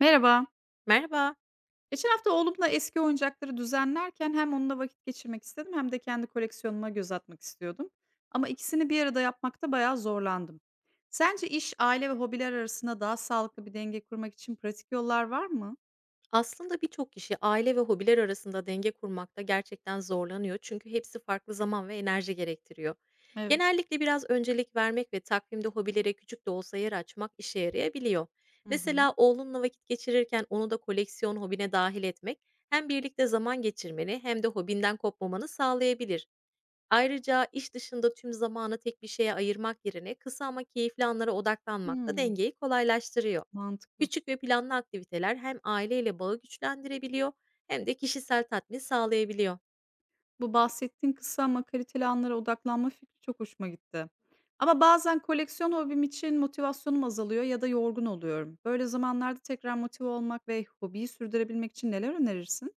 Merhaba. Merhaba. Geçen hafta oğlumla eski oyuncakları düzenlerken hem onunla vakit geçirmek istedim hem de kendi koleksiyonuma göz atmak istiyordum. Ama ikisini bir arada yapmakta bayağı zorlandım. Sence iş, aile ve hobiler arasında daha sağlıklı bir denge kurmak için pratik yollar var mı? Aslında birçok kişi aile ve hobiler arasında denge kurmakta gerçekten zorlanıyor çünkü hepsi farklı zaman ve enerji gerektiriyor. Evet. Genellikle biraz öncelik vermek ve takvimde hobilere küçük de olsa yer açmak işe yarayabiliyor. Hı hı. Mesela oğlunla vakit geçirirken onu da koleksiyon hobine dahil etmek hem birlikte zaman geçirmeni hem de hobinden kopmamanı sağlayabilir. Ayrıca iş dışında tüm zamanı tek bir şeye ayırmak yerine kısa ama keyifli anlara odaklanmak da Hmm. dengeyi kolaylaştırıyor. Mantıklı. Küçük ve planlı aktiviteler hem aileyle bağı güçlendirebiliyor hem de kişisel tatmin sağlayabiliyor. Bu bahsettiğin kısa ama kaliteli anlara odaklanma fikri çok hoşuma gitti. Ama bazen koleksiyon hobim için motivasyonum azalıyor ya da yorgun oluyorum. Böyle zamanlarda tekrar motive olmak ve hobiyi sürdürebilmek için neler önerirsin?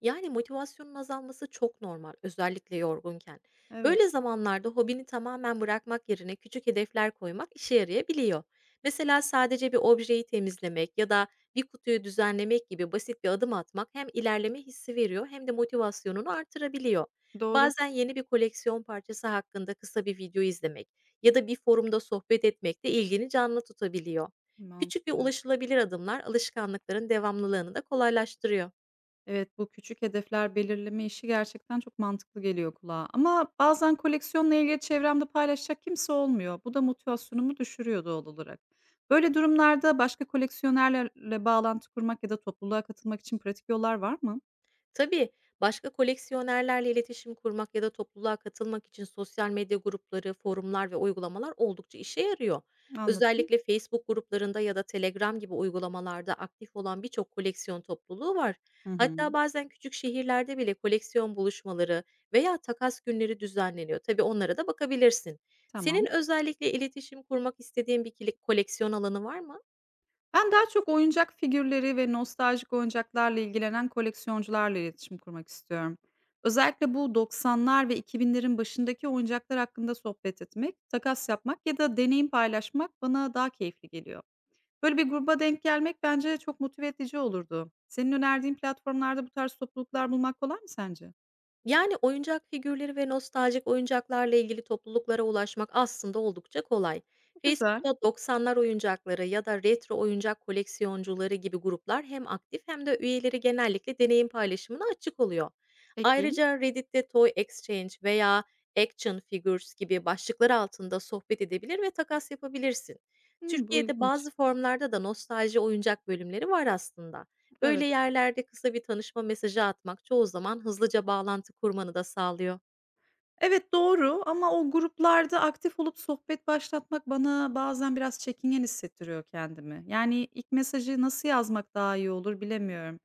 Yani, motivasyonun azalması çok normal, özellikle yorgunken. Evet, Böyle zamanlarda hobini tamamen bırakmak yerine küçük hedefler koymak işe yarayabiliyor. Mesela sadece bir objeyi temizlemek ya da bir kutuyu düzenlemek gibi basit bir adım atmak hem ilerleme hissi veriyor hem de motivasyonunu artırabiliyor. doğru. Bazen yeni bir koleksiyon parçası hakkında kısa bir video izlemek ya da bir forumda sohbet etmek de ilgini canlı tutabiliyor. Küçük ve Mantıklı. Evet. ulaşılabilir adımlar alışkanlıkların devamlılığını da kolaylaştırıyor. Evet, bu küçük hedefler belirleme işi gerçekten çok mantıklı geliyor kulağa. Ama bazen koleksiyonla ilgili çevremde paylaşacak kimse olmuyor. Bu da motivasyonumu düşürüyor doğal olarak. Böyle durumlarda başka koleksiyonerlerle bağlantı kurmak ya da topluluğa katılmak için pratik yollar var mı? Tabii, başka koleksiyonerlerle iletişim kurmak ya da topluluğa katılmak için sosyal medya grupları, forumlar ve uygulamalar oldukça işe yarıyor. Anladım. Özellikle Facebook gruplarında ya da Telegram gibi uygulamalarda aktif olan birçok koleksiyon topluluğu var. Hı Hatta hı. bazen küçük şehirlerde bile koleksiyon buluşmaları veya takas günleri düzenleniyor. Tabii onlara da bakabilirsin. Senin Tamam. özellikle iletişim kurmak istediğin bir koleksiyon alanı var mı? Ben daha çok oyuncak figürleri ve nostaljik oyuncaklarla ilgilenen koleksiyoncularla iletişim kurmak istiyorum. Özellikle bu 90'lar ve 2000'lerin başındaki oyuncaklar hakkında sohbet etmek, takas yapmak ya da deneyim paylaşmak bana daha keyifli geliyor. Böyle bir gruba denk gelmek bence çok motive edici olurdu. Senin önerdiğin platformlarda bu tarz topluluklar bulmak kolay mı sence? Yani, oyuncak figürleri ve nostaljik oyuncaklarla ilgili topluluklara ulaşmak aslında oldukça kolay. Güzel. Facebook'ta 90'lar oyuncakları ya da retro oyuncak koleksiyoncuları gibi gruplar hem aktif hem de üyeleri genellikle deneyim paylaşımına açık oluyor. Peki. Ayrıca Reddit'te Toy Exchange veya Action Figures gibi başlıklar altında sohbet edebilir ve takas yapabilirsin. Hmm, bu Türkiye'de ilginç. bazı formlarda da nostalji oyuncak bölümleri var aslında. Böyle Evet. yerlerde kısa bir tanışma mesajı atmak çoğu zaman hızlıca bağlantı kurmanı da sağlıyor. Evet, doğru, ama o gruplarda aktif olup sohbet başlatmak bana bazen biraz çekingen hissettiriyor kendimi. Yani ilk mesajı nasıl yazmak daha iyi olur bilemiyorum.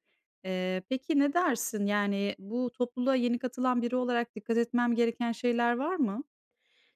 Peki ne dersin? Yani bu topluluğa yeni katılan biri olarak dikkat etmem gereken şeyler var mı?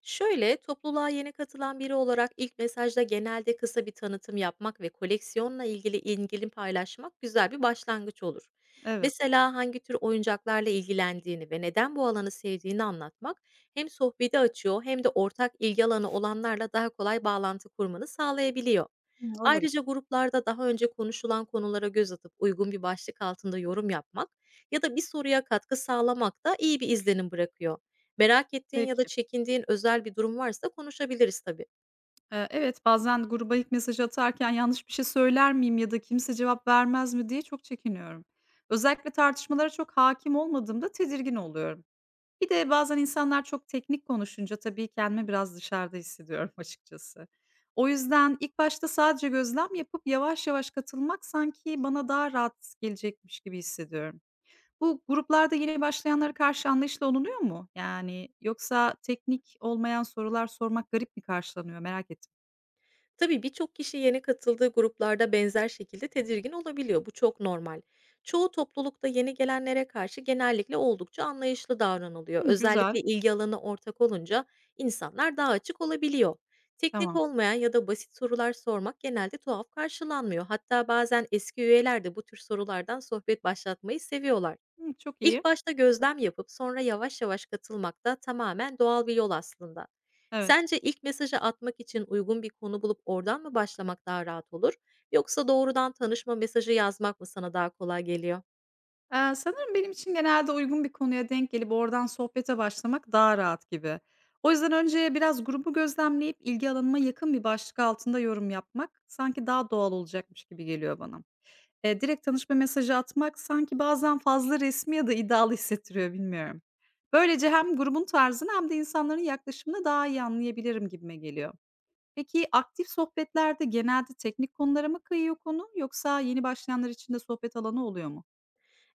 Şöyle, topluluğa yeni katılan biri olarak ilk mesajda genelde kısa bir tanıtım yapmak ve koleksiyonla ilgili paylaşmak güzel bir başlangıç olur. Evet. Mesela hangi tür oyuncaklarla ilgilendiğini ve neden bu alanı sevdiğini anlatmak hem sohbeti açıyor hem de ortak ilgi alanı olanlarla daha kolay bağlantı kurmanı sağlayabiliyor. Hımm, olabilir. Ayrıca gruplarda daha önce konuşulan konulara göz atıp uygun bir başlık altında yorum yapmak ya da bir soruya katkı sağlamak da iyi bir izlenim bırakıyor. Merak ettiğin ya da Peki. çekindiğin özel bir durum varsa konuşabiliriz tabii. Evet, bazen gruba ilk mesaj atarken yanlış bir şey söyler miyim ya da kimse cevap vermez mi diye çok çekiniyorum. Özellikle tartışmalara çok hakim olmadığımda tedirgin oluyorum. Bir de bazen insanlar çok teknik konuşunca tabii kendimi biraz dışarıda hissediyorum açıkçası. O yüzden ilk başta sadece gözlem yapıp yavaş yavaş katılmak sanki bana daha rahat gelecekmiş gibi hissediyorum. Bu gruplarda yeni başlayanlara karşı anlayışla olunuyor mu? Yani yoksa teknik olmayan sorular sormak garip mi karşılanıyor? Merak ettim. Tabii birçok kişi yeni katıldığı gruplarda benzer şekilde tedirgin olabiliyor. Bu çok normal. Çoğu toplulukta yeni gelenlere karşı genellikle oldukça anlayışlı davranılıyor. Hımm, güzel. Özellikle ilgi alanı ortak olunca insanlar daha açık olabiliyor. Teknik Tamam. olmayan ya da basit sorular sormak genelde tuhaf karşılanmıyor. Hatta bazen eski üyeler de bu tür sorulardan sohbet başlatmayı seviyorlar. Hımm, çok iyi. İlk başta gözlem yapıp sonra yavaş yavaş katılmak da tamamen doğal bir yol aslında. Evet. Sence ilk mesajı atmak için uygun bir konu bulup oradan mı başlamak daha rahat olur? Yoksa doğrudan tanışma mesajı yazmak mı sana daha kolay geliyor? Sanırım benim için genelde uygun bir konuya denk gelip oradan sohbete başlamak daha rahat gibi. O yüzden önce biraz grubu gözlemleyip ilgi alanıma yakın bir başlık altında yorum yapmak sanki daha doğal olacakmış gibi geliyor bana. Direkt tanışma mesajı atmak sanki bazen fazla resmi ya da iddialı hissettiriyor, bilmiyorum. Böylece hem grubun tarzını hem de insanların yaklaşımını daha iyi anlayabilirim gibime geliyor. Peki, aktif sohbetlerde genelde teknik konulara mı kayıyor konu, yoksa yeni başlayanlar için de sohbet alanı oluyor mu?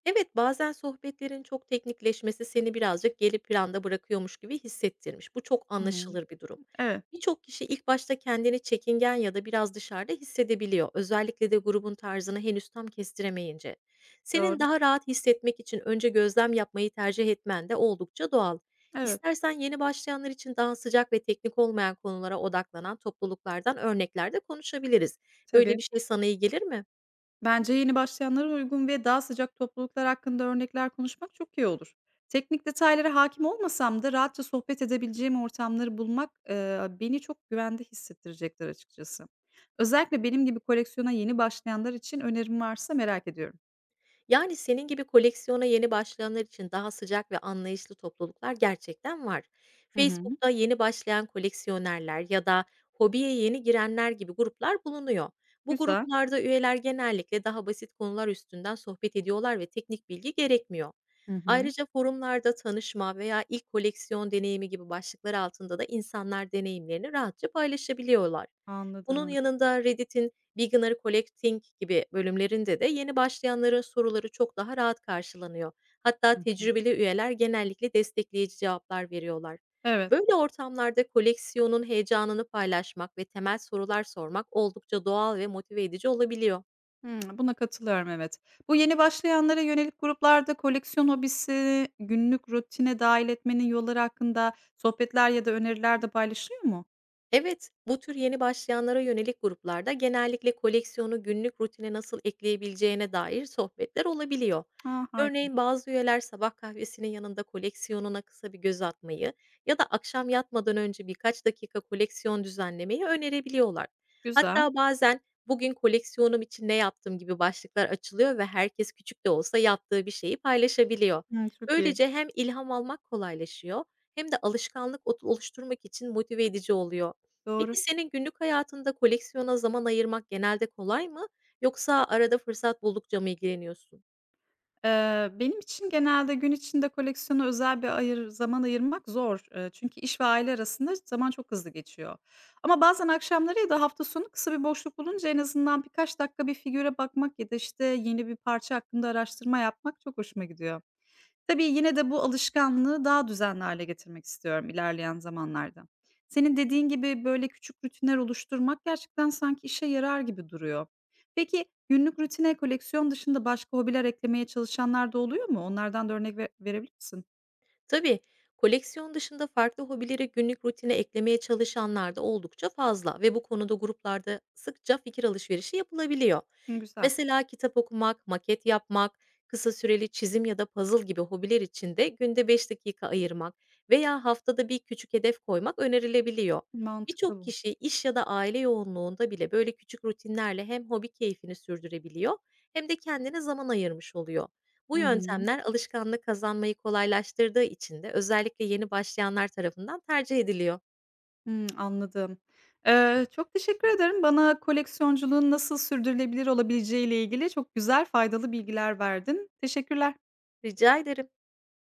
Evet, bazen sohbetlerin çok teknikleşmesi seni birazcık geri planda bırakıyormuş gibi hissettirmiş. Bu çok Hı hı. anlaşılır bir durum. Evet. Birçok kişi ilk başta kendini çekingen ya da biraz dışarıda hissedebiliyor, özellikle de grubun tarzını henüz tam kestiremeyince. Senin Doğru. daha rahat hissetmek için önce gözlem yapmayı tercih etmen de oldukça doğal. Evet, İstersen yeni başlayanlar için daha sıcak ve teknik olmayan konulara odaklanan topluluklardan örneklerde konuşabiliriz. Böyle tabii. bir şey sana iyi gelir mi? Bence yeni başlayanlara uygun ve daha sıcak topluluklar hakkında örnekler konuşmak çok iyi olur. Teknik detaylara hakim olmasam da rahatça sohbet edebileceğim ortamları bulmak, beni çok güvende hissettirecektir açıkçası. Özellikle benim gibi koleksiyona yeni başlayanlar için önerim varsa merak ediyorum. Yani senin gibi koleksiyona yeni başlayanlar için daha sıcak ve anlayışlı topluluklar gerçekten var. Hı hı. Facebook'ta yeni başlayan koleksiyonerler ya da hobiye yeni girenler gibi gruplar bulunuyor. Bu Güzel. gruplarda üyeler genellikle daha basit konular üstünden sohbet ediyorlar ve teknik bilgi gerekmiyor. Hı hı. Ayrıca forumlarda tanışma veya ilk koleksiyon deneyimi gibi başlıklar altında da insanlar deneyimlerini rahatça paylaşabiliyorlar. Bunun Anladım. yanında Reddit'in Beginner Collecting gibi bölümlerinde de yeni başlayanların soruları çok daha rahat karşılanıyor. Hatta Hı hı. tecrübeli üyeler genellikle destekleyici cevaplar veriyorlar. Evet. Böyle ortamlarda koleksiyonun heyecanını paylaşmak ve temel sorular sormak oldukça doğal ve motive edici olabiliyor. Hımm, buna katılıyorum, evet. Bu yeni başlayanlara yönelik gruplarda koleksiyon hobisi günlük rutine dahil etmenin yolları hakkında sohbetler ya da öneriler de paylaşılıyor mu? Evet, bu tür yeni başlayanlara yönelik gruplarda genellikle koleksiyonu günlük rutine nasıl ekleyebileceğine dair sohbetler olabiliyor. A, harika. Örneğin bazı üyeler sabah kahvesinin yanında koleksiyonuna kısa bir göz atmayı ya da akşam yatmadan önce birkaç dakika koleksiyon düzenlemeyi önerebiliyorlar. Güzel. Hatta bazen "Bugün koleksiyonum için ne yaptım?" gibi başlıklar açılıyor ve herkes küçük de olsa yaptığı bir şeyi paylaşabiliyor. Hımm, çok iyi. Böylece hem ilham almak kolaylaşıyor hem de alışkanlık oluşturmak için motive edici oluyor. Doğru. Peki senin günlük hayatında koleksiyona zaman ayırmak genelde kolay mı, yoksa arada fırsat buldukça mı ilgileniyorsun? Benim için genelde gün içinde koleksiyona özel bir zaman ayırmak zor. Çünkü iş ve aile arasında zaman çok hızlı geçiyor. Ama bazen akşamları ya da hafta sonu kısa bir boşluk bulunca en azından birkaç dakika bir figüre bakmak ya da, işte, yeni bir parça hakkında araştırma yapmak çok hoşuma gidiyor. Tabii yine de bu alışkanlığı daha düzenli hale getirmek istiyorum ilerleyen zamanlarda. Senin dediğin gibi, böyle, küçük rutinler oluşturmak gerçekten sanki işe yarar gibi duruyor. Peki, günlük rutine koleksiyon dışında başka hobiler eklemeye çalışanlar da oluyor mu? Onlardan da örnek ve verebilir misin? Tabii, koleksiyon dışında farklı hobileri günlük rutine eklemeye çalışanlar da oldukça fazla ve bu konuda gruplarda sıkça fikir alışverişi yapılabiliyor. Hımm, güzel. Mesela kitap okumak, maket yapmak, kısa süreli çizim ya da puzzle gibi hobiler için de günde 5 dakika ayırmak veya haftada bir küçük hedef koymak önerilebiliyor. Mantıklı Birçok bu. kişi iş ya da aile yoğunluğunda bile böyle küçük rutinlerle hem hobi keyfini sürdürebiliyor hem de kendine zaman ayırmış oluyor. Hı Bu hı. yöntemler alışkanlık kazanmayı kolaylaştırdığı için de özellikle yeni başlayanlar tarafından tercih ediliyor. Hımm, anladım. Çok teşekkür ederim. Bana koleksiyonculuğun nasıl sürdürülebilir olabileceğiyle ilgili çok güzel, faydalı bilgiler verdin. Teşekkürler. Rica ederim.